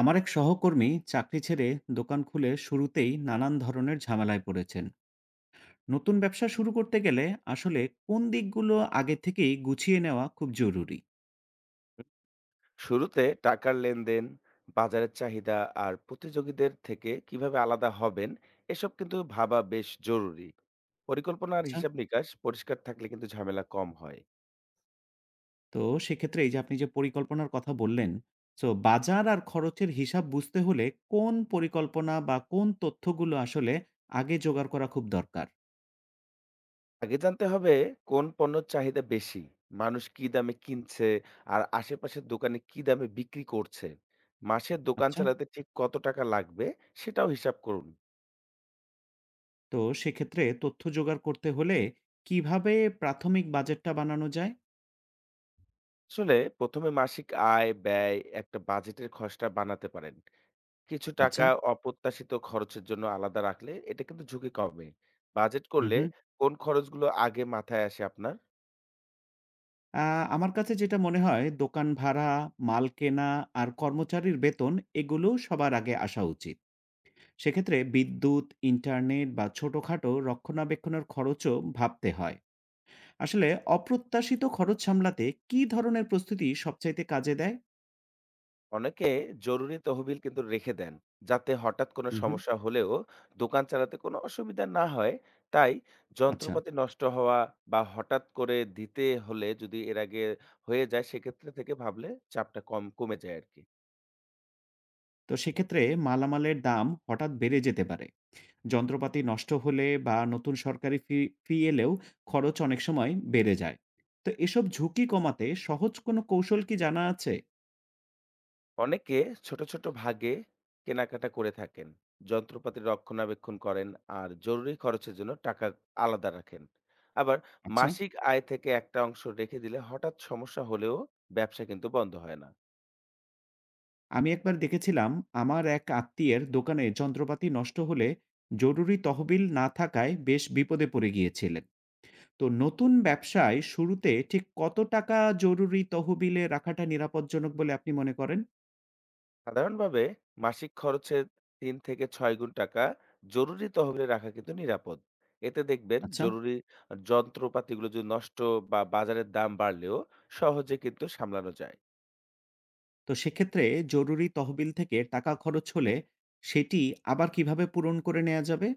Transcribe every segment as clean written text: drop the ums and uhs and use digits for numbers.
আমার এক সহকর্মী চাকরি ছেড়ে দোকান খুলে শুরুতেই নানান ধরনের ঝামেলায় পড়েছেন। নতুন ব্যবসা শুরু করতে গেলে আসলে কোন দিকগুলো আগে থেকেই গুছিয়ে নেওয়া খুব জরুরি? শুরুতে টাকার লেনদেন, বাজারের চাহিদা আর প্রতিযোগীদের থেকে কিভাবে আলাদা হবেন এসব কিন্তু ভাবা বেশ জরুরি। পরিকল্পনা আর আচ্ছা, হিসাব নিকাশ পরিষ্কার থাকলে কিন্তু ঝামেলা কম হয়। তো সেক্ষেত্রে এই যে আপনি যে পরিকল্পনার কথা বললেন, তো বাজার আর খরচের হিসাব বুঝতে হলে কোন পরিকল্পনা বা কোন তথ্যগুলো আসলে আগে জোগাড় করা খুব দরকার? আগে জানতে হবে কোন পণ্যের চাহিদা বেশি, মানুষ কি দামে কিনছে আর আশেপাশের দোকানে কি দামে বিক্রি করছে। মাসে দোকান আচ্ছা, চালাতে ঠিক কত টাকা লাগবে সেটাও হিসাব করুন। তো সেক্ষেত্রে তথ্য জোগাড় করতে হলে কিভাবে প্রাথমিক বাজেটটা বানানো যায়? আসলে প্রথমে মাসিক আয়, ব্যয়, একটা বাজেটের খসড়া বানাতে পারেন। কিছু টাকা আচ্ছা। অপ্রত্যাশিত খরচের জন্য আলাদা রাখলে এটা কিন্তু ঝুঁকি কমে। বাজেট করলে হুম। কোন খরচগুলো আগে মাথায় আসে আপনার? আ আমার কাছে যেটা মনে হয় দোকান ভাড়া, মাল কেনা আর কর্মচারীর বেতন এগুলো সবার আগে আসা উচিত। সেক্ষেত্রে বিদ্যুৎ, ইন্টারনেট বা ছোটখাটো রক্ষণাবেক্ষণের খরচও ভাবতে হয়। আসলে অপ্রত্যাশিত খরচ সামলাতে কী ধরনের প্রস্তুতি সবচাইতে কাজে দেয়? অনেকে জরুরি তহবিল কিন্তু রেখে দেন, যাতে হঠাৎ কোনো হুম, হুম। সমস্যা হলেও দোকান চালাতে কোনো অসুবিধা না হয়। তাই আচ্ছা। যন্ত্রপাতি নষ্ট হওয়া বা হঠাৎ করে দিতে হলে যদি এর আগে হয়ে যায়, সেক্ষেত্রে থেকে ভাবলে চাপটা কম কমে যায় আরকি। তো সেক্ষেত্রে মালামালের দাম হঠাৎ বেড়ে যেতে পারে। যন্ত্রপাতি নষ্ট হলে বা নতুন সরকারি ফি ফি এলেও খরচ অনেক সময় বেড়ে যায়। তো এসব ঝুঁকি কমাতে সহজ কোনো কৌশল কি জানা আছে? অনেকে ছোট, ছোট ভাগে কেনাকাটা করে থাকেন। যন্ত্রপাতি রক্ষণাবেক্ষণ করেন আর জরুরি খরচের জন্য টাকা আলাদা রাখেন। আবার আচ্ছা। মাসিক আয় থেকে একটা অংশ রেখে দিলে হঠাৎ সমস্যা হলেও ব্যবসা কিন্তু বন্ধ হয় না। আমি একবার দেখেছিলাম আমার এক আত্মীয়ের দোকানে যন্ত্রপাতি নষ্ট হলে জরুরি তহবিল না থাকায় বেশ বিপদে পড়ে গিয়েছিলেন। তো নতুন ব্যবসায় শুরুতে ঠিক কত টাকা জরুরি তহবিলে রাখাটা নিরাপদজনক বলে আপনি মনে করেন? সাধারণভাবে মাসিক খরচের ৩ থেকে ৬ গুণ টাকা জরুরি তহবিলে রাখা কিন্তু নিরাপদ। এতে দেখবেন আচ্ছা। জরুরি যন্ত্রপাতিগুলো যদি নষ্ট বা বাজারের দাম বাড়লেও সহজে কিন্তু সামলানো যায়। তো সেক্ষেত্রে জরুরি তহবিল থেকে টাকা খরচ হলে সেটি আবার কিভাবে পূরণ করে নেয়া যাবে?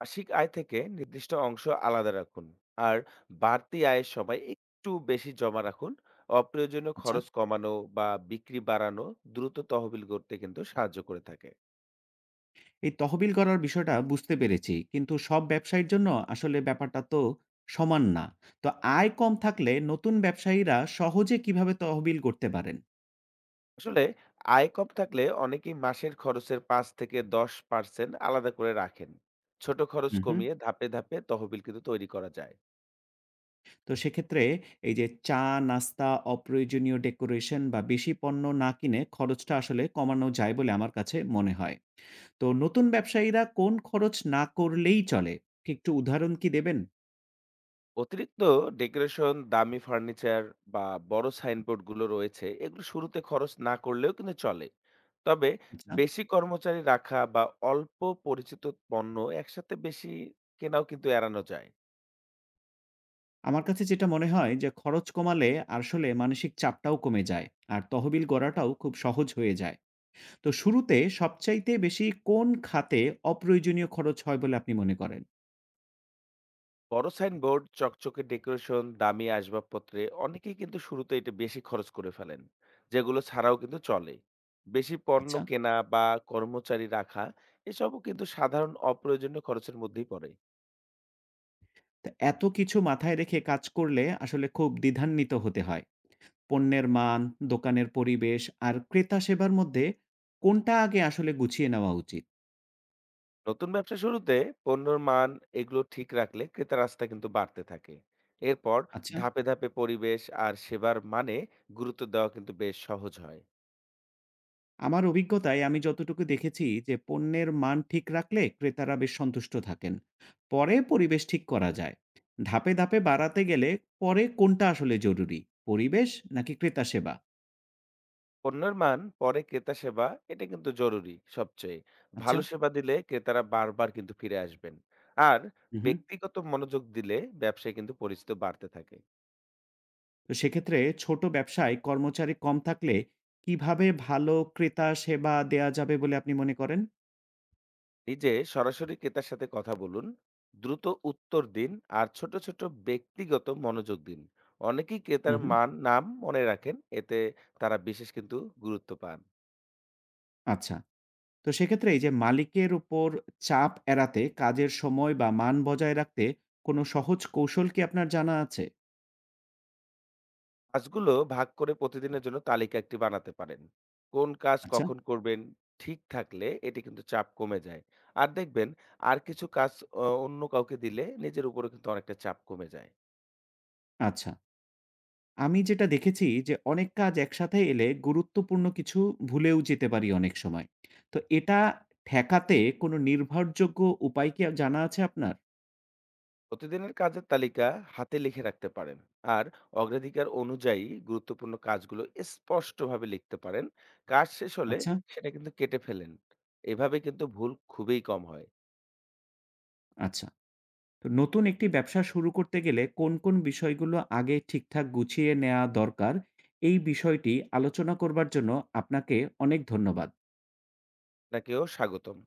মাসিক আয় থেকে নির্দিষ্ট অংশ আলাদা রাখুন আর বাড়তি আয়ের সময় একটু বেশি জমা রাখুন। অপ্রয়োজনীয় আচ্ছা। খরচ কমানো বা বিক্রি বাড়ানো দ্রুত তহবিল করতে কিন্তু সাহায্য করে থাকে। এই তহবিল করার বিষয়টা বুঝতে পেরেছি, কিন্তু সব ব্যবসায়ীর জন্য আসলে ব্যাপারটা তো সমান না। তো আয় কম থাকলে নতুন ব্যবসায়ীরা সহজে কিভাবে তহবিল করতে পারেন? আসলে আয় কম থাকলে অনেকেই মাসের খরচের ৫ থেকে ১০% আলাদা করে রাখেন। ছোট খরচ হু, হু। কমিয়ে ধাপে ধাপে তহবিল কিন্তু তৈরি করা যায়। তো সেক্ষেত্রে এই যে চা, নাস্তা, অপ্রয়োজনীয় ডেকোরেশন বা বেশি পণ্য না কিনে খরচটা আসলে কমানো যায় বলে আমার কাছে মনে হয়। তো নতুন ব্যবসায়ীরা কোন খরচ না করলেই চলে? কি একটু উদাহরণ কি দেবেন? অতিরিক্ত ডেকোরেশন, দামি ফার্নিচার বা বড় সাইনবোর্ড গুলো রয়েছে, এগুলো শুরুতে খরচ না করলেও কিন্তু চলে। তবে আচ্ছা। বেশি কর্মচারী রাখা বা অল্প পরিচিত পণ্য একসাথে বেশি কেনাও কিন্তু এড়ানো যায়। আমার কাছে যেটা মনে হয় যে খরচ কমালে আসলে মানসিক চাপটাও কমে যায়, আর তহবিল গড়াটাও খুব সহজ হয়ে যায়। তো শুরুতে সবচাইতে বেশি কোন খাতে অপ্রয়োজনীয় খরচ হয় বলে আপনি মনে করেন? বড় সাইনবোর্ড, চকচকে ডেকোরেশন, দামি আসবাবপত্রে অনেকেই কিন্তু শুরুতে এটা বেশি খরচ করে ফেলেন, যেগুলো ছাড়াও কিন্তু চলে। বেশি পণ্য আচ্ছা। কেনা বা কর্মচারী রাখা এসবও কিন্তু সাধারণ অপ্রয়োজনীয় খরচের মধ্যেই পড়ে। তো এত কিছু মাথায় রেখে কাজ করলে আসলে খুব দ্বিধান্বিত হতে হয়। পণ্যের মান, দোকানের পরিবেশ আর ক্রেতা সেবার মধ্যে কোনটা আগে আসলে গুছিয়ে নেওয়া উচিত? নতুন ব্যবসা শুরুতে পণ্যের মান এগুলো ঠিক রাখলে ক্রেতার আস্থা কিন্তু বাড়তে থাকে। এরপর আচ্ছা। ধাপে ধাপে পরিবেশ আর সেবার মানে গুরুত্ব দেওয়া কিন্তু বেশ সহজ হয়। আমার অভিজ্ঞতায় আমি যতটুকু দেখেছি যে পণ্যের মান ঠিক রাখলে ক্রেতারা বেশ সন্তুষ্ট থাকেন। পরে পরিবেশ ঠিক করা যায়। ধাপে ধাপে বাড়াতে গেলে পরে কোনটা আসলে জরুরি, পরিবেশ নাকি ক্রেতা সেবা? পণ্যের মান, পরে ক্রেতা সেবা, এটা কিন্তু জরুরি সবচেয়ে। আচ্ছা। ভালো সেবা দিলে ক্রেতারা বারবার কিন্তু ফিরে আসবেন। আর হুম। ব্যক্তিগত মনোযোগ দিলে ব্যবসায় কিন্তু পরিচিত বাড়তে থাকে। তো সেক্ষেত্রে ছোট ব্যবসায় কর্মচারী কম থাকলে কিভাবে ভালো ক্রেতা সেবা দেয়া যাবে বলে আপনি মনে করেন? নিজে সরাসরি ক্রেতার সাথে কথা বলুন, দ্রুত উত্তর দিন আর ছোট ছোট ব্যক্তিগত মনোযোগ দিন। অনেকেই ক্রেতার হুম। মান নাম মনে রাখেন, এতে তারা বিশেষ কিন্তু গুরুত্ব পান। আচ্ছা। তো সেক্ষেত্রে এই যে মালিকের উপর চাপ এড়াতে কাজের সময় বা মান বজায় রাখতে কোনো সহজ কৌশল কি আপনার জানা আছে? কাজগুলো ভাগ করে প্রতিদিনের জন্য তালিকা একটি বানাতে পারেন। কোন কাজ আচ্ছা। কখন করবেন ঠিক থাকলে এটি কিন্তু চাপ কমে যায়। আর দেখবেন, আর কিছু কাজ অন্য কাউকে দিলে নিজের উপরে কিন্তু অনেকটা চাপ কমে যায়। আচ্ছা। আমি যেটা দেখেছি যে অনেক কাজ একসাথে এলে গুরুত্বপূর্ণ কিছু ভুলেও যেতে পারি অনেক সময়। তো এটা ঠেকাতে কোনো নির্ভরযোগ্য উপায় কি জানা আছে আপনার? প্রতিদিনের কাজের তালিকা হাতে লিখে রাখতে পারেন আর অগ্রাধিকার অনুযায়ী গুরুত্বপূর্ণ কাজগুলো স্পষ্টভাবে লিখতে পারেন। কাজ শেষ হলে আচ্ছা, সেটা কিন্তু কেটে ফেলেন। এভাবে কিন্তু ভুল খুবই কম হয়। আচ্ছা। তো নতুন একটি ব্যবসা শুরু করতে গেলে কোন বিষয়গুলো আগে ঠিকঠাক গুছিয়ে নেয়া দরকার? এই বিষয়টি আলোচনা করবার জন্য আপনাকে অনেক ধন্যবাদ। আপনাকেও স্বাগতম।